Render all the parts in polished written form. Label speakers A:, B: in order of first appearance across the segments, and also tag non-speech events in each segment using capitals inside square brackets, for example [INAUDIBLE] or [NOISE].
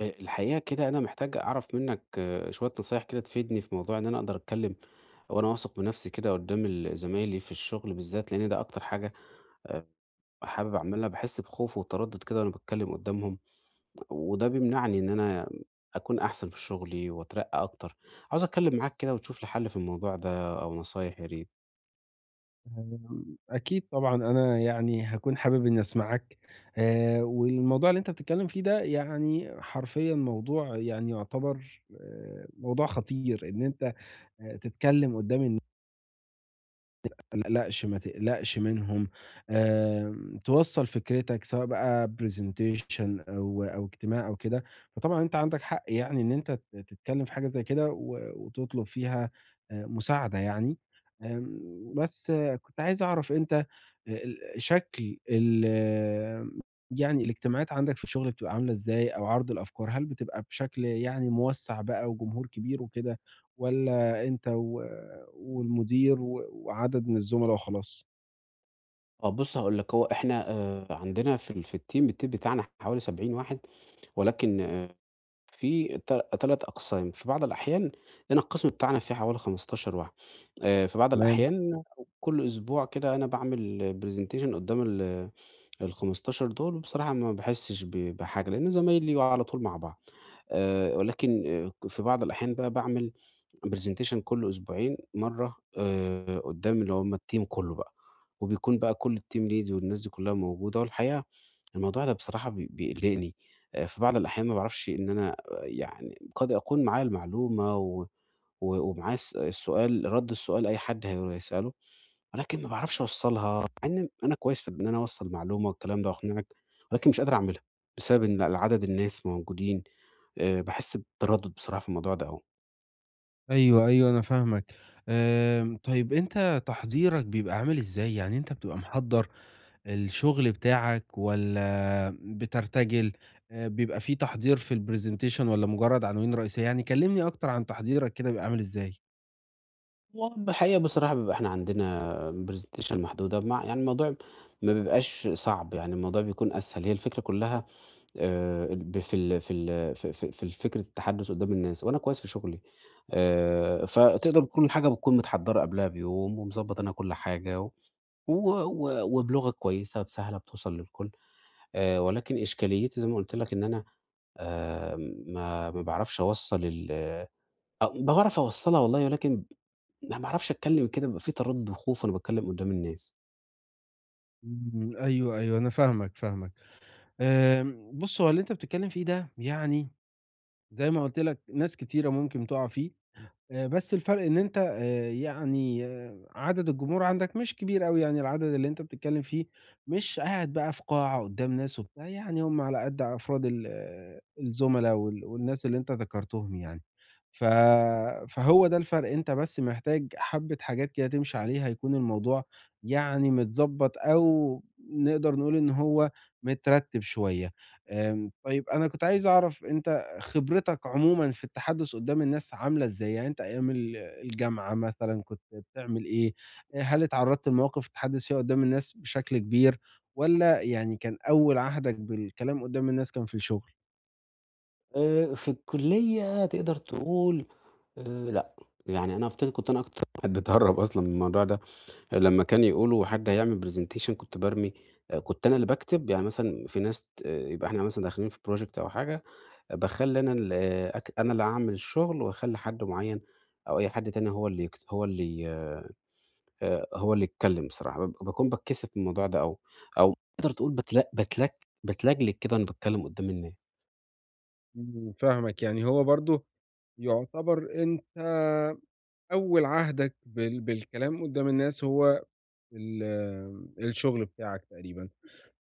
A: الحقيقة كده أنا محتاج أعرف منّك آه، شوية نصايح كده تفيدني في موضوع إن أنا أقدر أتكلّم وأنا واثق من نفسي كده قدّام ال زمايلي في الشغل بالذات، لإن ده أكتر حاجة آآ حابب أعملها، باحس بخوف وتردُّد كده وأنا باتكلّم قدّامهم، وده بيمنعني إن أنا أكون أحسن في شغلي وأترقّى أكتر. عاوز أتكلّم معاك كده وتشوف لي حَل في الموضوع ده أو نصايح يا ريت.
B: أكيد طبعًا أنا يعني هاكون حابب إني أسمعك. والموضوع اللي أنت بتتكلم فيه ده يعني حرفيًا موضوع يعني يعتبر موضوع خطير، إن أنت تتكلم قدّام ما تقلقش، ما تقلقش منهم. توصّل فكرتك سواء بقى presentation أو اجتماع أو كده. فطبعًا أنت عندك حق يعني إن أنت تتكلّم في حاجة زي كده وتطلب فيها مساعدة يعني. آمم، بس آه، كنت عايز أعرف أنت ال شكل ال يعني الاجتماعات عندك في الشغل بتبقى عاملة إزاي أو عرض الأفكار؟ هل بتبقى بشكل يعني موسّع بقى وجمهور كبير وكده، والّا أنت و والمدير وعدد من الزملا وخلاص؟
A: آه بُص هاقول لك، هو إحنا عندنا في ال في الteam بتاعنا حوالي 70 واحد، ولكن آه، في تل 3 أقسام. في بعض الأحيان أنا القسم بتاعنا فيه حوالي 15 واحد. في بعض
B: تمام.
A: الأحيان كل أسبوع كده أنا باعمل presentation قدّام ال ال15 دول، وبصراحة ما باحسش بحاجة، لأن زمايلي على طول مع بعض. ولكن ك في بعض الأحيان بقى باعمل presentation كل أسبوعين مرّة قدّام اللي هم الteam كُلّه بقى، وبيكون بقى كل الteam lead والناس دي كُلّها موجودة. والحقيقة الموضوع ده بصراحة بيقلقني. في بعض الأحيان ما باعرفش إن أنا آه، يعني قد أكون معايا المعلومة و و ومعايا السؤال رَد السؤال أي حد هيسأله، ولكن ما باعرفش أوصّلها، مع إن أنا كويس في إن أنا أوصّل معلومة والكلام ده وأقنعك، ولكن مش قادر أعملها، بسبب إن عدد الناس موجودين. باحس بتردُّد بصراحة في الموضوع ده أوي.
B: أيوه، أيوه أنا فاهمك. طيب أنت تحضيرك بيبقى عامل إزاي؟ يعني أنت بتبقى محضّر الشغل بتاعك والّا بترتجل؟ بيبقى في تحضير في الpresentation والّا مجرد عناوين رئيسية؟ يعني كلمني أكتر عن تحضيرك كده بيبقى عامل إزاي؟
A: هو الحقيقة بصراحة بيبقى إحنا عندنا presentation محدودة مع يعني الموضوع ما بيبقاش صعب، يعني الموضوع بيكون أسهل. هي الفكرة كلّها ب في ال في ال في في في فكرة التحدُّث قدّام الناس وأنا كويس في شُغلي. فتقدر كل حاجة بتكون متحضّرة قبلها بيوم ومضبّط أنا كل حاجة و و وبلغة كويسة سهلة بتوصل للكل. ولكن إشكاليتي زي ما قُلت لك إن أنا آآ ما باعرفش أوصّل ال آه، باعرف أوصّلها والله، ولكن ما باعرفش أتكلّم كده، بيبقى في تردُّد وخوف وأنا باتكلّم قدّام الناس.
B: إمم، أيوه، أيوه أنا فاهمك. بُص هو اللي أنت بتتكلّم فيه ده يعني زي ما قُلت لك ناس كتيرة ممكن تُقع فيه. بس الفرق إن أنت عدد الجمهور عندك مش كبير أوي، يعني العدد اللي أنت بتتكلّم فيه مش قاعد بقى في قاعة قدّام ناس وبتاع، يعني هم على قد أفراد الزُملا والناس اللي أنت ذكرتهم يعني. ف فهو ده الفرق. أنت بس محتاج حبّة حاجات كده تمشي عليها يكون الموضوع يعني متضبّط، أو نقدر نقول إن هو مترتّب شوية. طيب أنا كنت عايز أعرف أنت خبرتك عمومًا في التحدث قدّام الناس عاملة إزاي؟ يعني أنت أيام الجامعة مثلًا كنت بتعمل إيه؟ هل اتعرّضت لمواقف تتحدث فيها قدّام الناس بشكل كبير، والّا يعني كان أول عهدك بالكلام قدّام الناس كان في الشغل؟
A: في الكُلّية تقدر تقول لأ، يعني أنا أفتكر كنت أنا أكتر [LAUGHS] واحد باتهرّب أصلًا من الموضوع ده. لمّا كان يقولوا حد هيعمل presentation كنت بارمي كنت أنا اللي باكتب، يعني مثلًا في ناس يبقى إحنا مثلًا داخلين في project أو حاجة، باخلّي أنا ال آه، أنا اللي أعمل الشغل وأخلّي حد معيّن أو أي حد تاني هو اللي يكت هو اللي ي هو اللي يتكلّم بصراحة، باكون باتكسف من الموضوع ده أو أو تقدر تقول باتلجلج كده وأنا باتكلّم قدّام الناس.
B: إمم، فاهمك. يعني هو برضه يُعتبر أنت أول عهدك بالكلام قدّام الناس هو ال الشغل بتاعك تقريبًا.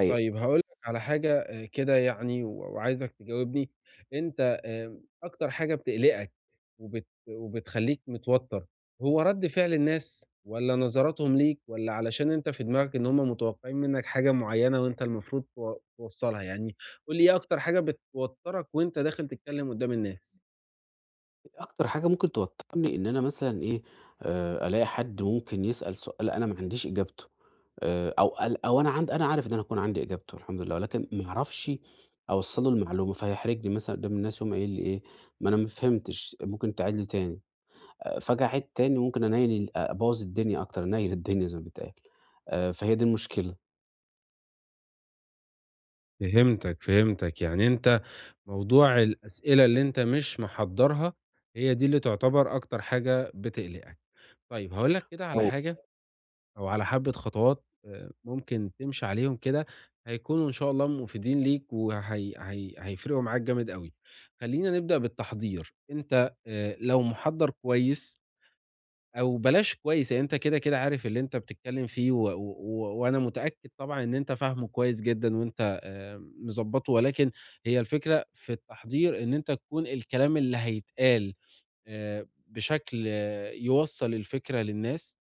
A: أي
B: طيب هاقول لك على حاجة كده يعني وعايزك تجاوبني. أنت أكتر حاجة بتقلقك وبتخلّيك متوتر، هو رَد فعل الناس والّا نظراتهم ليك والّا علشان أنت في دماغك إن هم متوقعين منّك حاجة معيّنة وأنت المفروض توصّلها؟ يعني قُل لي إيه أكتر حاجة بتوتّرك وأنت داخل تتكلّم قدّام الناس؟
A: أكتر حاجة ممكن توتّرني إن أنا مثلًا إيه، ألاقي حد ممكن يسأل سؤال أنا ما عنديش إجابته. أو ال أو أنا عند أنا عارف إن أنا هاكون عندي إجابته الحمد لله، ولكن ما أعرفش أوصّل له المعلومة، فهيحرجني مثلًا قدّام الناس يقوم قايل لي إيه، ما أنا ما فهمتش، ممكن تعيد لي تاني. فاجي أعيد تاني ممكن أنيّل ال أبوّظ الدنيا أكتر، أنيّل الدنيا زي ما بيتقال. فهي دي المشكلة.
B: فهمتك، فهمتك. يعني أنت موضوع الأسئلة اللي أنت مش محضّرها، هي دي اللي تعتبر أكتر حاجة بتقلقك. طيب هاقول لك كده على حاجة أو على حبة خطوات ممكن تمشي عليهم كده، هيكونوا إن شاء الله مفيدين ليك وهي هيفرقوا معاك جامد أوي. خلّينا نبدأ بالتحضير. أنت لو محضّر كويس أو بلاش كويس، يعني أنت كده، كده عارف اللي أنت بتتكلّم فيه وأنا متأكد طبعًا إن أنت فاهمه كويس جدًا وأنت مضبّطه، ولكن هي الفكرة في التحضير إن أنت تكون الكلام اللي هيتقال بشكل يوصّل الفكرة للناس.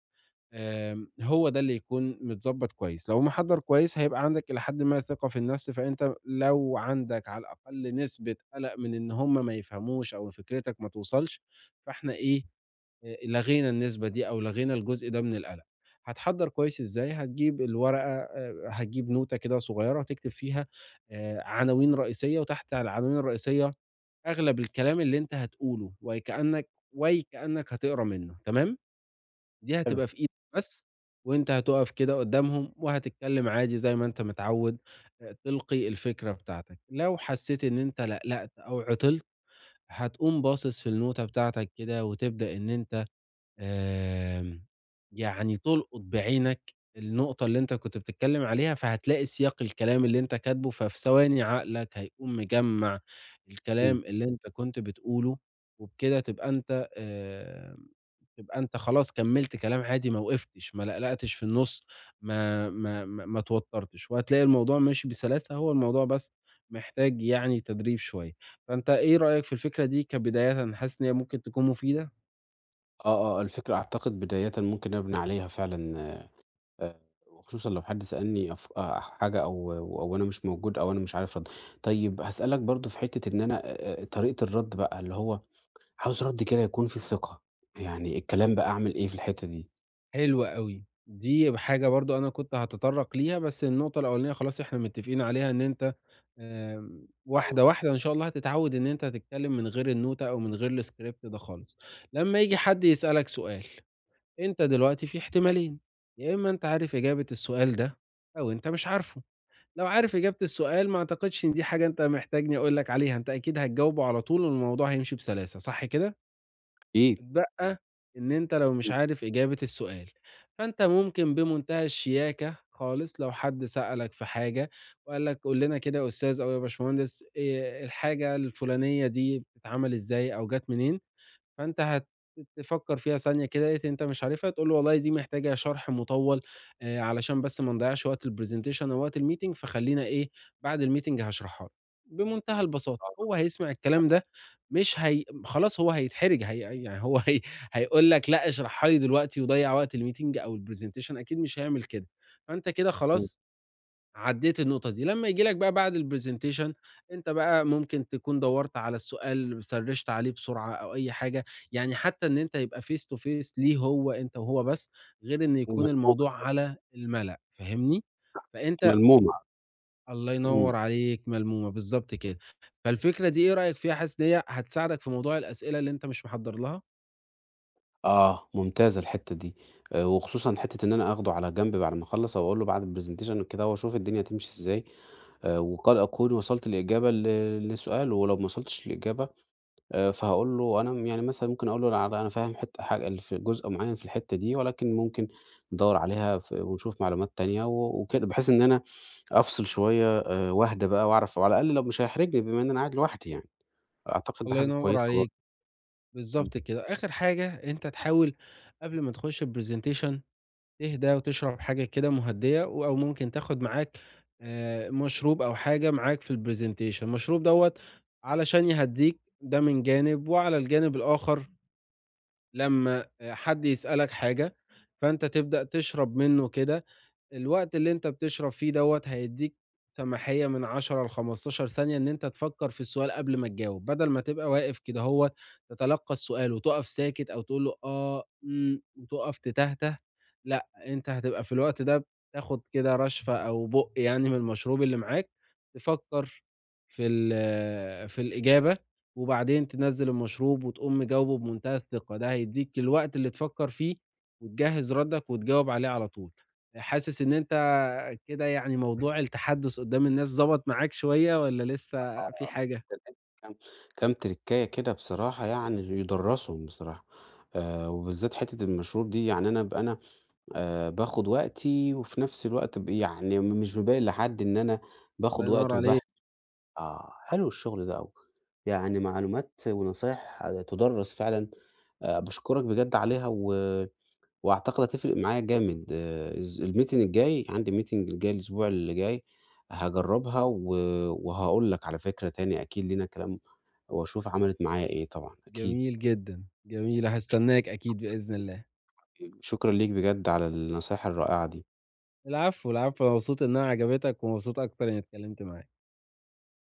B: هو ده اللي يكون متضبّط كويس. لو محضّر كويس هيبقى عندك إلى حدٍ ما ثقة في النفس، فأنت لو عندك على الأقل نسبة قلق من إن هُم ما يفهموش أو فكرتك ما توصلش، فإحنا إيه، لغينا النسبة دي أو لغينا الجزء ده من القلق. هتحضّر كويس إزاي؟ هتجيب الورقة، هتجيب نوتة كده صغيّرة تكتب فيها عناوين رئيسية، وتحت العناوين الرئيسية أغلب الكلام اللي أنت هتقوله ويكأنك هتقرا منه، تمام؟ دي
A: حلو.
B: هتبقى في إيدك بس، وأنت هتُقف كده قدّامهم وهتتكلّم عادي زي ما أنت متعوّد، تلقي الفكرة بتاعتك. لو حسّيت إن أنت لألأت أو عطلت، هتقوم باصص في النوتة بتاعتك كده، وتبدأ إن أنت آمم، يعني تلقط بعينك النقطة اللي أنت كنت بتتكلّم عليها، فهتلاقي سياق الكلام اللي أنت كاتبه، ففي ثواني عقلك هيقوم مجمّع الكلام
A: إمم.
B: اللي أنت كنت بتقوله، وبكده تبقى أنت يبقى أنت خلاص كمّلت كلام عادي، ما وقفتش، ما لقلقتش في النُص، ما اتوتّرتش، وهتلاقي الموضوع ماشي بسلاسة. هو الموضوع بس محتاج يعني تدريب شوية. فأنت إيه رأيك في الفكرة دي كبدايةً، حاسس إن هي ممكن تكون مفيدة؟
A: آه، آه، الفكرة أعتقد بدايةً ممكن أبني عليها فعلًا. آآ، وخصوصًا لو حد سألني أف حاجة أو أو أنا مش موجود أو أنا مش عارف أرد. طيب هاسألك برضه في حتة إن أنا طريقة الرد بقى اللي هو عاوز رد كده يكون فيه ثقة، يعني الكلام بقى أعمل إيه في الحتة دي؟
B: حلو أوي. دي حاجة برضه أنا كنت هاتطرّق ليها، بس النقطة الأولانية خلاص إحنا متّفقين عليها إن أنت
A: آه،
B: واحدة، واحدة إن شاء الله هتتعوّد إن أنت هتتكلّم من غير النوتة أو من غير الscript ده خالص. لمّا ييجي حد يسألك سؤال، أنت دلوقتي في احتمالين: يا إما أنت عارف إجابة السؤال ده أو أنت مش عارفه. لو عارف إجابة السؤال ما أعتقدش إن دي حاجة أنت محتاجني أقول لك عليها، أنت أكيد هتجاوبه على طول والموضوع هيمشي بسلاسة صح كده؟
A: أكيد،
B: اتبقى إن أنت لو مش
A: إمم،
B: عارف إجابة السؤال، فأنت ممكن بمنتهى الشياكة خالص لو حد سألك في حاجة وقال لك قُل لنا كده يا أستاذ أو يا باشمهندس، الحاجة الفلانية دي بتتعمل إزاي أو جات منين؟ فأنت هت تفكّر فيها ثانية كده، لقيت إن أنت مش عارفها، تقول له والله دي محتاجة شرح مطوّل، علشان بس ما نضيّعش وقت الpresentation أو وقت الmeeting، فخلّينا إيه، بعد الmeeting هاشرحها لك، بمنتهى البساطة.
A: آه،
B: هو هيسمع الكلام ده، مش هي خلاص هو هيتحرج، هي يعني هو [LAUGHS] هيقول لك لأ اشرحها لي دلوقتي ويضيّع وقت الmeeting أو الpresentation؟ أكيد مش هيعمل كده. فأنت كده
A: إمم،
B: خلاص عدّيت النقطة دي. لمّا ييجي لك بقى بعد الpresentation، أنت بقى ممكن تكون دوّرت على السؤال، سرّشت عليه بسرعة أو أي حاجة، يعني حتى إن أنت يبقى face to face ليه، هو أنت وهو بس، غير إن يكون
A: ملمومة،
B: الموضوع على المَلأ، فاهمني؟ فأنت
A: ملمومة،
B: الله
A: إمم،
B: ينوّر عليك، ملمومة، بالضبط كده. فالفكرة دي إيه رأيك فيها؟ حاسس إن هي هتساعدك في موضوع الأسئلة اللي أنت مش محضّر لها؟
A: آه، ممتازة الحتة دي. وخصوصًا حتة إن أنا آخده على جنب بعد ما أخلّص أو أقول له بعد الpresentation وكده واشوف الدنيا هتمشي إزاي. وقد أكون وصلت لإجابة لسؤاله، ولو ما وصلتش لإجابة فهاقول له أنا م يعني مثلًا ممكن أقول له أنا فاهم حتّة حاجة اللي في جزء معيّن في الحتّة دي، ولكن ممكن ندوّر عليها ونشوف معلومات تانية وكده، بحيث إن أنا أفصل شوية وأهدى بقى وأعرف وعلى الأقل لو مش هيحرجني بما إن أنا قاعد لوحدي يعني، أعتقد ده
B: الله
A: حاجة
B: ينوّر
A: كويسة
B: عليك،
A: برضه. إمم.
B: بالضبط كده. آخر حاجة أنت تحاول قبل ما تخش الpresentation تهدى وتشرب حاجة كده مهدية، و أو ممكن تاخد معاك مشروب أو حاجة معاك في الpresentation. المشروب دوّة علشان يهدّيك، ده من جانب، وعلى الجانب الآخر لمّا حد يسألك حاجة، فأنت تبدأ تشرب منّه كده. الوقت اللي أنت بتشرب فيه دوّة هيدّيك سماحية من 10 ل15 ثانية إن أنت تفكّر في السؤال قبل ما تجاوب، بدل ما تبقى واقف كده، هو تتلقّى السؤال وتُقف ساكت أو تقول له آه، إمم، وتُقف تتهته. لأ، أنت هتبقى في الوقت ده بتاخد كده رشفة أو بُق يعني من المشروب اللي معاك، تفكّر في الإجابة، وبعدين تنزّل المشروب وتقوم مجاوبه بمنتهى الثقة. ده هيدّيك الوقت اللي تفكّر فيه وتجهّز ردّك وتجاوب عليه على طول. حاسس إن أنت كده يعني موضوع التحدُّث قدّام الناس ضبط معاك شوية والّا لسه في حاجة؟
A: [LAUGHS] كام كام ترِكّاية كده بصراحة يعني يدرّسهم بصراحة. وبالذات حتّة المشروب دي، يعني أنا باخُد وقتي وفي نفس الوقت يعني مش مبيّن لحد إن أنا
B: الله
A: باخُد
B: ينوّر
A: وقت وباه
B: عليك،
A: آه، حلو الشغل ده أوي. يعني معلومات ونصايح تُدرّس فعلًا. باشكرك بجد عليها وأعتقد هتفرق معايا جامد. آه، الز الmeeting الجاي عندي meeting الجاي الأسبوع اللي جاي هاجرّبها وهاقول لك على فكرة، تاني أكيد لينا كلام وأشوف عملت معايا إيه طبعًا أكيد.
B: جميل جدًا، جميل، هاستناك أكيد بإذن الله.
A: شكرًا ليك بجد على النصايح الرائعة دي.
B: العفو، العفو، أنا مبسوط إنها عجبتك ومبسوط أكتر إنّي اتكلّمت معاك.